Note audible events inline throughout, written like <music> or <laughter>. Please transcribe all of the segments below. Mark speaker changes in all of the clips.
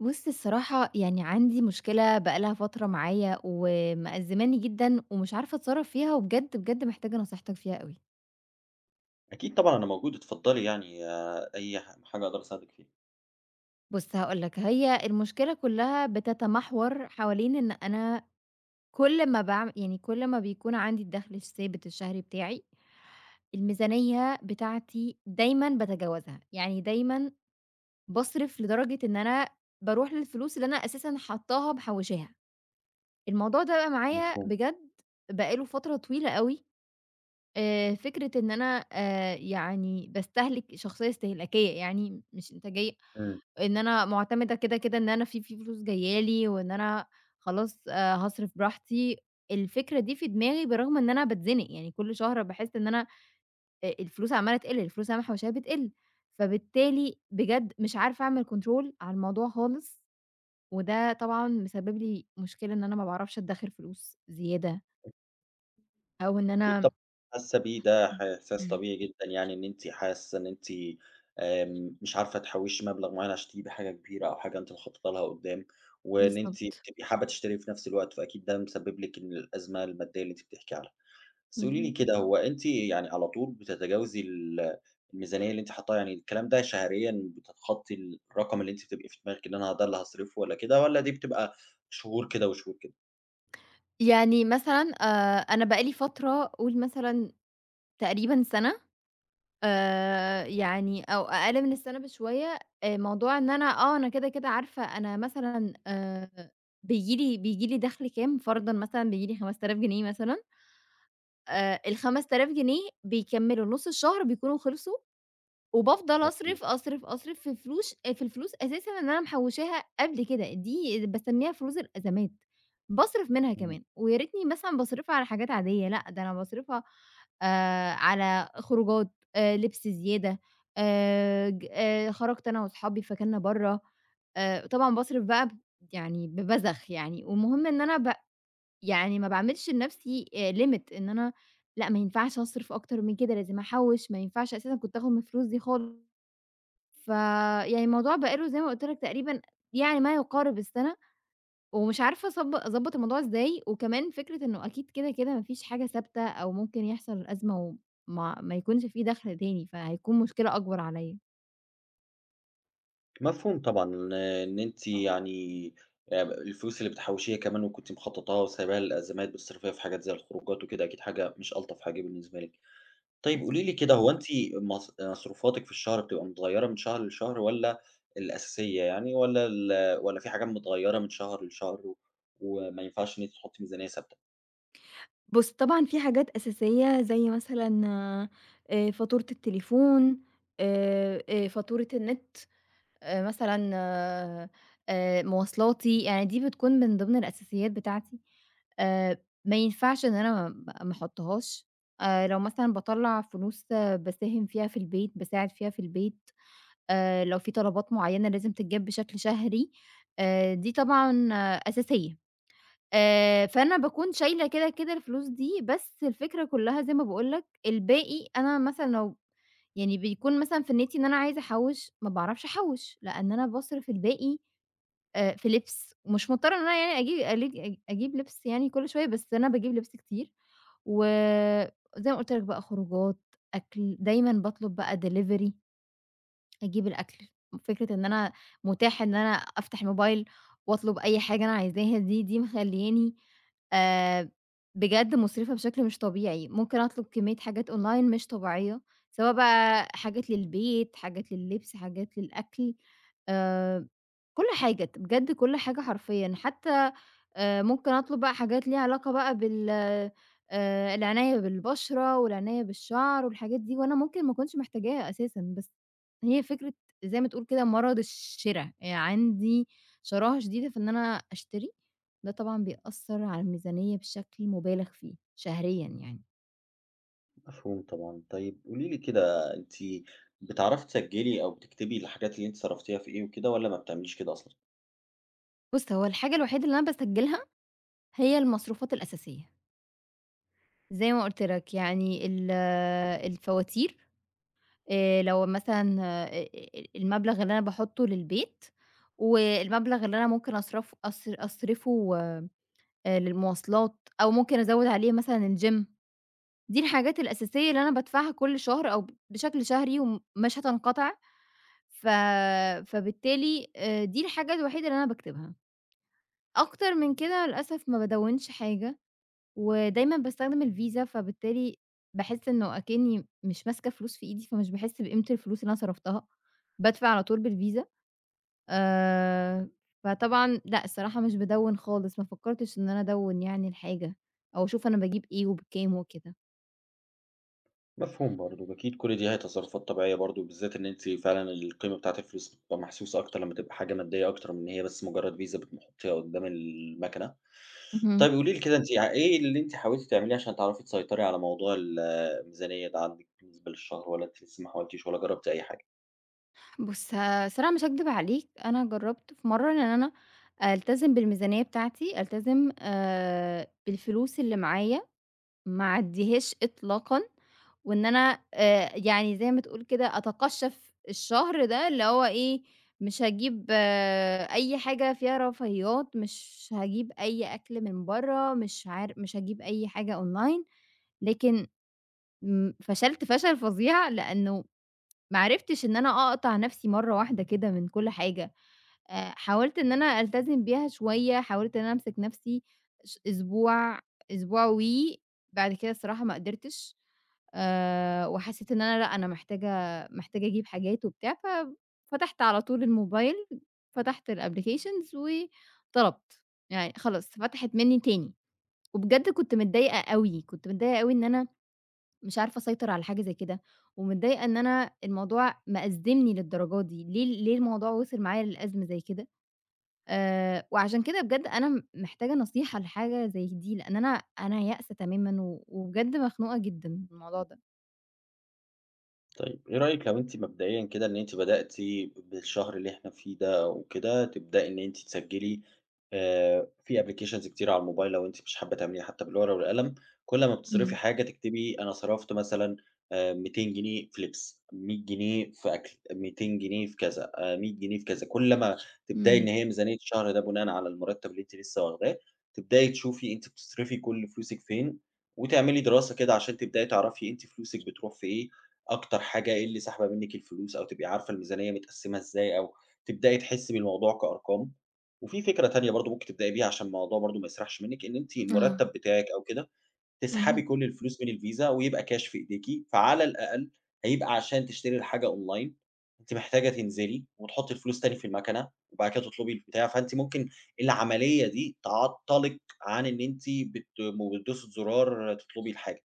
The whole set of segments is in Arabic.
Speaker 1: بُص الصراحة يعني عندي مشكلة بقى لها فترة معايا ومأزماني جدًا ومش عارفة أتصرّف فيها، وبجد، محتاجة نصيحتك فيها أوي.
Speaker 2: أكيد طبعًا أنا موجود، اتفضّلي يعني أي حاجة أقدر أساعدِك فيها.
Speaker 1: بُص هاقول لك، هي المشكلة كلّها بتتمحور حوالين إن أنا كل ما بيكون عندي الدخل الثابت الشهري بتاعي، الميزانية بتاعتي دايمًا باتجاوزها، يعني دايمًا باصرف لدرجة إن أنا باروح للفلوس اللي أنا أساسًا حاطاها محوشاها. الموضوع ده بقى معايا
Speaker 2: مفهوم.
Speaker 1: بجد بقى له فترة طويلة أوي. فكرة إن أنا باستهلك شخصية استهلاكية يعني مش إنتاجية،
Speaker 2: إمم.
Speaker 1: إن أنا مُعتمدة كده إن أنا في فلوس جاية لي وإن أنا خلاص هاصرف براحتي. الفكرة دي في دماغي بالرغم إن أنا باتزنق، يعني كل شهر باحس إن أنا الفلوس عمّالة تقِل، الفلوس اللي أنا محوشاها بتقِل، فبالتالي بجد مش عارفة أعمل control على الموضوع خالص، وده طبعًا مسبب لي مشكلة إن أنا ما باعرفش أدخّر فلوس زيادة أو إن
Speaker 2: أكيد
Speaker 1: أنا.
Speaker 2: طبعًا اللي حاسة بيه ده إحساس
Speaker 1: إمم،
Speaker 2: طبيعي جدًا، يعني إن أنتِ حاسة إن أنتِ مش عارفة تحوّشي مبلغ معيّن عشان تجيبي حاجة كبيرة أو حاجة أنتِ مخططة لها قدّام، وإن أنتِ
Speaker 1: بالضبط،
Speaker 2: بتبقي حابة تشتري في نفس الوقت، فأكيد ده مسبب لِك إن الأزمة المادية اللي أنتِ بتحكي عنها. بس قولي لي
Speaker 1: اهم.
Speaker 2: كده، هو أنتِ يعني على طول بتتجاوزي الميزانية اللي أنتِ حاطاها؟ يعني الكلام ده شهريًا بتتخطي الرقم اللي أنتِ بتبقي في دماغِك إن أنا ده اللي هاصرفه والّا كده، والّا دي بتبقى شهور كده وشهور كده؟
Speaker 1: يعني مثلًا أنا بقى لي فترة قُل مثلًا تقريبًا سَنة، يعني أو أقل من السَنة بشوية. موضوع إن أنا أنا كده عارفة أنا مثلًا بييجي لي دَخْل كام، فرضًا مثلًا بييجي لي 5000 جنيه مثلًا. ال5000 جنيه بيكمّلوا نُص الشهر بيكونوا خلصوا وبافضل
Speaker 2: مفهوم.
Speaker 1: أصرف، أصرف، أصرف في الفلوس أساسًا اللي أنا محوشاها قبل كده، دي باسميها فلوس الأزمات، باصرف منها
Speaker 2: إمم.
Speaker 1: كمان، ويا ريتني مثلًا باصرفها على حاجات عادية، لأ ده أنا باصرفها على خروجات، لبس زيادة، ج خرجت أنا وأصحابي فكلنا برّه. طبعًا باصرف بقى ب يعني ببذخ يعني، والمهم إن أنا ب يعني ما باعملش لنفسي limit إن أنا لأ ما ينفعش أصرف أكتر من كده، لازم أحوش، ما ينفعش أساسًا كنت آخد من الفلوس دي خالص. فيعني الموضوع بقى له زي ما قُلت لك تقريبًا يعني ما يقارب السَنة، ومش عارفة أضبّط الموضوع إزاي، وكمان فكرة إنه أكيد كده ما فيش حاجة ثابتة أو ممكن يحصل أزمة وما ما يكونش في دَخْل تاني، فهيكون مشكلة أكبر عليّا.
Speaker 2: مفهوم طبعًا. إن أنتِ يعني الفلوس اللي بتحوشيها كمان وكنتِ مخططاها وسايباها للأزمات بتصرفيها في حاجات زي الخروجات وكده، أكيد حاجة مش ألطف حاجة بالنسبة لِك. طيب
Speaker 1: بالضبط.
Speaker 2: قولي لي كده، هو أنتِ مصروفاتِك في الشهر بتبقى متغيّرة من شهر لشهر، والّا الأساسية يعني، والّا ال <unintelligible> والّا في حاجات متغيّرة من شهر لشهر و وما ينفعش إن أنتِ تحطّي ميزانية ثابتة؟
Speaker 1: بُصّي، طبعًا في حاجات أساسية زي مثلًا فاتورة التليفون، فاتورة النت. مثلًا مواصلاتي، يعني دي بتكون من ضمن الأساسيات بتاعتي. آآ ما ينفعش إن أنا ما أحطّهاش. لو مثلًا باطلّع فلوس باساهم فيها في البيت، باساعد فيها في البيت، لو في طلبات معيّنة لازم تتجاب بشكل شهري، دي طبعًا أساسية. فأنا باكون شايلة كده الفلوس دي، بس الفكرة كلّها زي ما باقول لك الباقي أنا مثلًا لو يعني بيكون مثلًا في نيّتي إن أنا عايزة أحوّش، ما باعرفش أحوّش، لإن أنا باصرف الباقي في لِبس، ومش مضطرة إن أنا يعني أجيب لِبس يعني كل شوية، بس أنا باجيب لِبس كتير، وزي ما قُلت لك بقى خروجات، أكل، دايمًا باطلب بقى delivery. أجيب الأكل، فكرة إن أنا متاح إن أنا أفتح الموبايل وأطلب أي حاجة أنا عايزاها دي مخلّياني آآ بجد مُسرفة بشكل مش طبيعي، ممكن أطلب كمية حاجات online مش طبيعية، سواء بقى حاجات للبيت، حاجات لللبس، حاجات للأكل، آآ كل حاجة، بجد كل حاجة حرفيًا، حتى ممكن أطلب بقى حاجات ليها علاقة بقى بال العناية بالبشرة والعناية بالشعر والحاجات دي، وأنا ممكن ما أكونش محتاجاها أساسًا، بس هي فكرة زي ما تقول كده مرض الشِرا. عندي شراهة شديدة في إن أنا أشتري، ده طبعًا بيأثّر على الميزانية بشكل مُبالغ فيه شهريًا يعني.
Speaker 2: مفهوم طبعًا. طيب قولي لي كده، أنتِ بتعرفي تسجّلي أو بتكتبي الحاجات اللي أنتِ صرفتيها في إيه وكده، والّا ما بتعمليش كده أصلًا؟
Speaker 1: بُص، هو الحاجة الوحيدة اللي أنا باسجّلها هي المصروفات الأساسية، زي ما قُلت لك يعني الفواتير، لو مثلًا آآ المبلغ اللي أنا باحُطّه للبيت، والمبلغ اللي أنا ممكن أصرفه للمواصلات، أو ممكن أزوّد عليه مثلًا الgym، دي الحاجات الأساسية اللي أنا بادفعها كل شهر أو بشكل شهري ومش هتنقطع. ف فبالتالي دي الحاجة الوحيدة اللي أنا باكتبها. أكتر من كده للأسف ما بادوّنش حاجة، ودايمًا باستخدم الفيزا، فبالتالي باحس إنه أكني مش ماسكة فلوس في إيدي، فمش باحس بقيمة الفلوس اللي أنا صرفتها، بادفع على طول بالفيزا. آآ، فطبعًا لأ، الصراحة مش بادوّن خالص، ما فكرتش إن أنا أدوّن يعني الحاجة، أو أشوف أنا باجيب إيه وبكام وكده.
Speaker 2: مفهوم برضه. أكيد كل دي هي تصرفات طبيعية برضه، بالذات إن أنتِ فعلًا القيمة بتاعة الفلوس بتبقى محسوسة أكتر لمّا تبقى حاجة مادية، أكتر من إن هي بس مجرد فيزا بنحطيها قدّام الماكينة.
Speaker 1: اهم.
Speaker 2: طيب قولي لي كده، أنتِ إيه اللي أنتِ حاولتِ تعمليه عشان تعرفي تسيطري على موضوع الميزانية ده عندِك بالنسبة للشهر، والّا أنتِ لسه ما حاولتيش ولا جربتِ أي حاجة؟
Speaker 1: بُص، الصراحة مش هاكدب عليك، أنا جرّبت في مرّة إن أنا ألتزم بالميزانية بتاعتي، ألتزم بالفلوس اللي معايا، ما أعدّيهاش إطلاقًا. وإن أنا يعني زي ما تقول كده أتقشّف الشهر ده، اللي هو إيه، مش هاجيب أي حاجة فيها رفاهيات، مش هاجيب أي أكل من برّه، مش هاجيب أي حاجة online. لكن فشلت فشل فظيع لإنه ما عرفتش إن أنا أقطع نَفْسي مرّة واحدة كده من كل حاجة. حاولت إن أنا ألتزم بيها شوية، حاولت إن أنا أمسك نَفْسي أسبوع، أسبوع و بعد كده الصراحة ما قدرتش. وحسّيت إن أنا لأ، أنا محتاجة أجيب حاجات وبتاع، ففتحت على طول الموبايل، فتحت الapplications وطلبت، يعني خلاص فتحت منّي تاني، وبجد كنت متضايقة أوي، كنت متضايقة أوي إن أنا مش عارفة أسيطر على حاجة زي كده، ومتضايقة إن أنا الموضوع مأزّمني للدرجة دي، ليه الموضوع وصل معايا للأزمة زي كده؟ وعشان كده بجد أنا محتاجة نصيحة لحاجة زي دي، لإن أنا أنا يائسة تمامًا و وبجد مخنوقة جدًا من الموضوع ده.
Speaker 2: طيب إيه رأيِك لو أنتِ مبدئيًا كده إن أنتِ بدأتِ بالشهر اللي إحنا فيه ده وكده، تبدئي إن أنتِ تسجّلي في applications كتير على الموبايل، لو أنتِ مش حابة تعمليها حتى بالورقة والقلم، كل ما بتصرفي
Speaker 1: إمم،
Speaker 2: حاجة تكتبي أنا صرفت مثلًا 200 جنيه في لبس، 100 جنيه في أكل، 200 جنيه في كذا، 100 جنيه في كذا. كل ما تبدئي
Speaker 1: إمم.
Speaker 2: إن هي ميزانية الشهر ده بناءً على المرتب اللي أنتِ لسه واخداه، تبدئي تشوفي أنتِ بتصرفي كل فلوسِك فين، وتعملي دراسة كده عشان تبدئي تعرفي أنتِ فلوسِك بتروح في إيه، أكتر حاجة إيه اللي ساحبة منِّك الفلوس، أو تبقي عارفة الميزانية متقسّمة إزاي، أو تبدئي تحسّي بالموضوع كأرقام. وفي فكرة تانية برضه ممكن تبدئي بيها عشان الموضوع برضه ما يسرحش منِّك، إن أنتِ
Speaker 1: آه،
Speaker 2: المُرتّب بتاعِك أو كده تسحبي
Speaker 1: اهم،
Speaker 2: كل الفلوس من الفيزا ويبقى كاش في إيديكِ، فعلى الأقل هيبقى عشان تشتري الحاجة online أنتِ محتاجة تنزلي وتحُطّي الفلوس تاني في المكنة وبعد كده تطلبي البتاع، فأنتِ ممكن العملية دي تعطّلِك عن إن أنتِ بتدوسي زرار تطلبي الحاجة.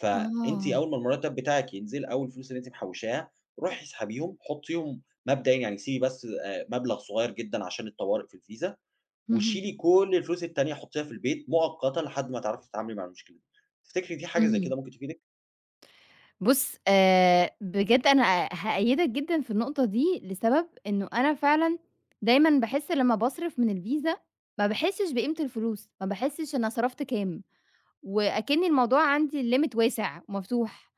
Speaker 2: فأنتِ
Speaker 1: آه،
Speaker 2: أول ما المرتب بتاعِك ينزل أو الفلوس اللي أنتِ محوشاها، روحي اسحبيهم، حطيهم مبدئيًا، يعني سيبي بس مبلغ صغير جدًا عشان الطوارئ في الفيزا،
Speaker 1: اهم،
Speaker 2: وشيلي كل الفلوس التانية حطيها في البيت مؤقتًا لحد ما تعرفي تتعاملي مع المشكلة دي. تفتكري دي حاجة زي
Speaker 1: اهم.
Speaker 2: كده ممكن تفيدِك؟
Speaker 1: بُص، بجد أنا هأيّدك جدًا في النقطة دي، لسبب إنه أنا فعلًا دايمًا باحس لمّا باصرف من الفيزا، ما باحسش بقيمة الفلوس، ما باحسش أنا صرفت كام، وأكنّي الموضوع عندي الlimit واسع ومفتوح،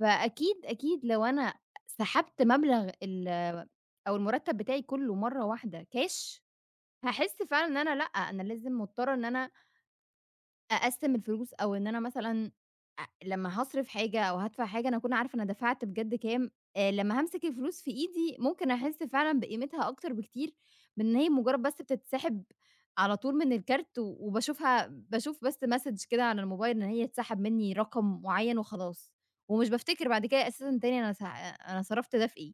Speaker 1: فأكيد، أكيد لو أنا سحبت مبلغ ال أو المرتب بتاعي كلّه مرّة واحدة كاش، هاحس فعلًا إن أنا لأ، أنا لازم مضطرة إن أنا أقسّم الفلوس أو إن أنا مثلًا لمّا هاصرف حاجة أو هادفع حاجة أنا أكون عارفة أنا دفعت بجد كام. لمّا هامسك الفلوس في إيدي ممكن أحس فعلًا بقيمتها أكتر بكتير من إن هي مجرّد بس بتتسحب على طول من الكارت و وباشوفها باشوف بس message كده على الموبايل إن هي اتسحب منّي رقم معيّن وخلاص، ومش بافتكر بعد كده أساسًا تاني أنا صرفت ده في إيه،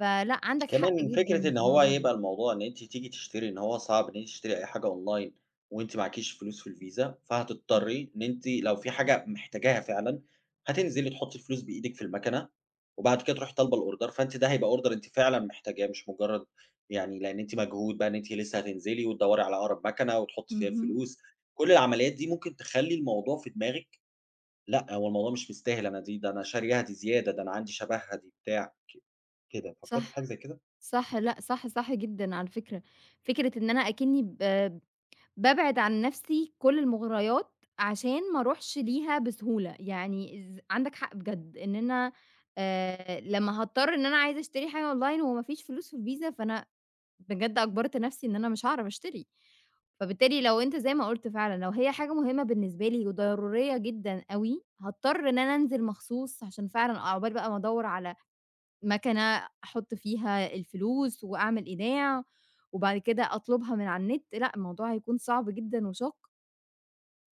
Speaker 1: فلأ عندك حق
Speaker 2: كمان فكرة
Speaker 1: جدًا في
Speaker 2: إن هو
Speaker 1: الموضوع ده.
Speaker 2: يبقى الموضوع إن أنتِ تيجي تشتري، إن هو صعب إن أنتِ تشتري أي حاجة أونلاين وأنتِ معاكيش فلوس في الفيزا،
Speaker 1: صح،
Speaker 2: فهتضطري إن أنتِ لو في حاجة محتاجاها فعلًا، هتنزلي تحطّي الفلوس بإيدِك في المكنة، وبعد كده تروحي طالبة الأوردر، فأنتِ ده هيبقى أوردر أنتِ فعلًا محتاجاه، مش مجرد يعني، لإن أنتِ مجهود بقى إن أنتِ لسه هتنزلي وتدوّري على أقرب مكنة وتحطّي فيها
Speaker 1: اهم،
Speaker 2: الفلوس، كل العمليات دي ممكن تخلّي الموضوع في دماغِك: لأ، هو الموضوع مش مستاهل، أنا دي ده أنا شارياها دي زيادة، ده أنا عندي شبهها دي بتاع كده، فكرتِ في حاجة
Speaker 1: صح.
Speaker 2: زي كده؟
Speaker 1: صح، لأ، صح، صح جدًا على فكرة. فكرة إن أنا أكني بابعد عن نفسي كل المغريات عشان ما أروحش ليها بسهولة، يعني عندك حق بجد إن أنا لمّا هاضطر إن أنا عايزة أشتري حاجة أونلاين وما فيش فلوس في الفيزا، فأنا بجد أجبرت نفسي إن أنا مش هاعرف أشتري. فبالتالي لو أنت زي ما قُلت فعلًا، لو هي حاجة مهمة بالنسبة لي وضرورية جدًا أوي، هاضطر إن أنا أنزل مخصوص عشان فعلًا عقبال بقى ما أدوّر على مكنة أحُط فيها الفلوس وأعمل إيداع، وبعد كده أطلبها من على النت، لأ الموضوع هيكون صعب جدًا وشاق.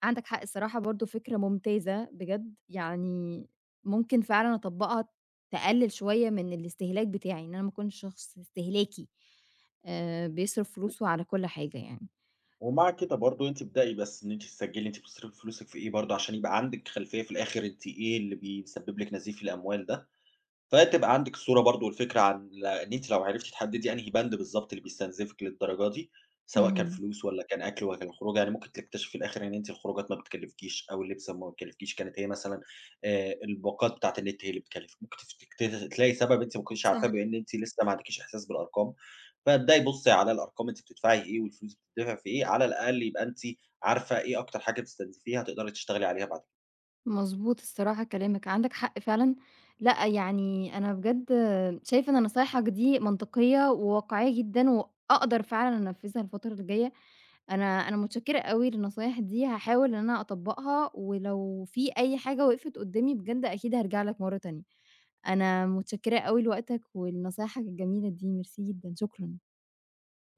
Speaker 1: عندك حق الصراحة برضه فكرة ممتازة بجد، يعني ممكن فعلًا أطبّقها تقلِّل شوية من الاستهلاك بتاعي، إن أنا ما أكونش شخص استهلاكي، بيصرف فلوسه على كل حاجة يعني.
Speaker 2: ومع كده برضه أنتِ ابدئي بس إن أنتِ تسجّلي أنتِ بتصرفي فلوسِك في إيه برضه، عشان يبقى عندِك خلفية في الآخر أنتِ إيه اللي بيسبب لِك نزيف الأموال ده، فتبقى عندِك الصورة برضه والفكرة عن ال، إن أنتِ لو عرفتِ تحددي أنهي بند بالضبط اللي بيستنزفِك للدرجة دي، سواء كان
Speaker 1: اهم،
Speaker 2: فلوس والّا كان أكل والّا كان خروجة. يعني ممكن تكتشفي في الآخر إن أنتِ الخروجات ما بتكلفكيش أو اللبس ما بيكلفكيش، كانت هي مثلًا الباقات بتاعة النت هي اللي بتكلفِك، ممكن تفت ت تلاقي سبب أنتِ ما كنتيش عارفاه،
Speaker 1: صح.
Speaker 2: بما إن أنتِ لسه ما عندكيش إحساس بالأرقام. فابدئي بُصي على الأرقام أنتِ بتدفعي إيه والفلوس بتدفع في إيه، على الأقل يبقى أنتِ عارفة إيه أكتر حاجة بتستنزفيها تقدري تشتغلي عليها بعد
Speaker 1: مضبوط الصراحة كلامِك، عندِك حق فعلًا. لأ، يعني أنا بجد شايفة إن نصايحك دي منطقية وواقعية جدًا وأقدر فعلًا أنفّذها الفترة الجاية. أنا متشكرة أوي للنصايح دي، هاحاول إن أنا أطبّقها، ولو في أي حاجة وقفت قدّامي بجد أكيد هارجع لك مرّة تانية. أنا متشكرة أوي لوقتك ولنصايحك الجميلة دي، ميرسي جدًا، شكرًا.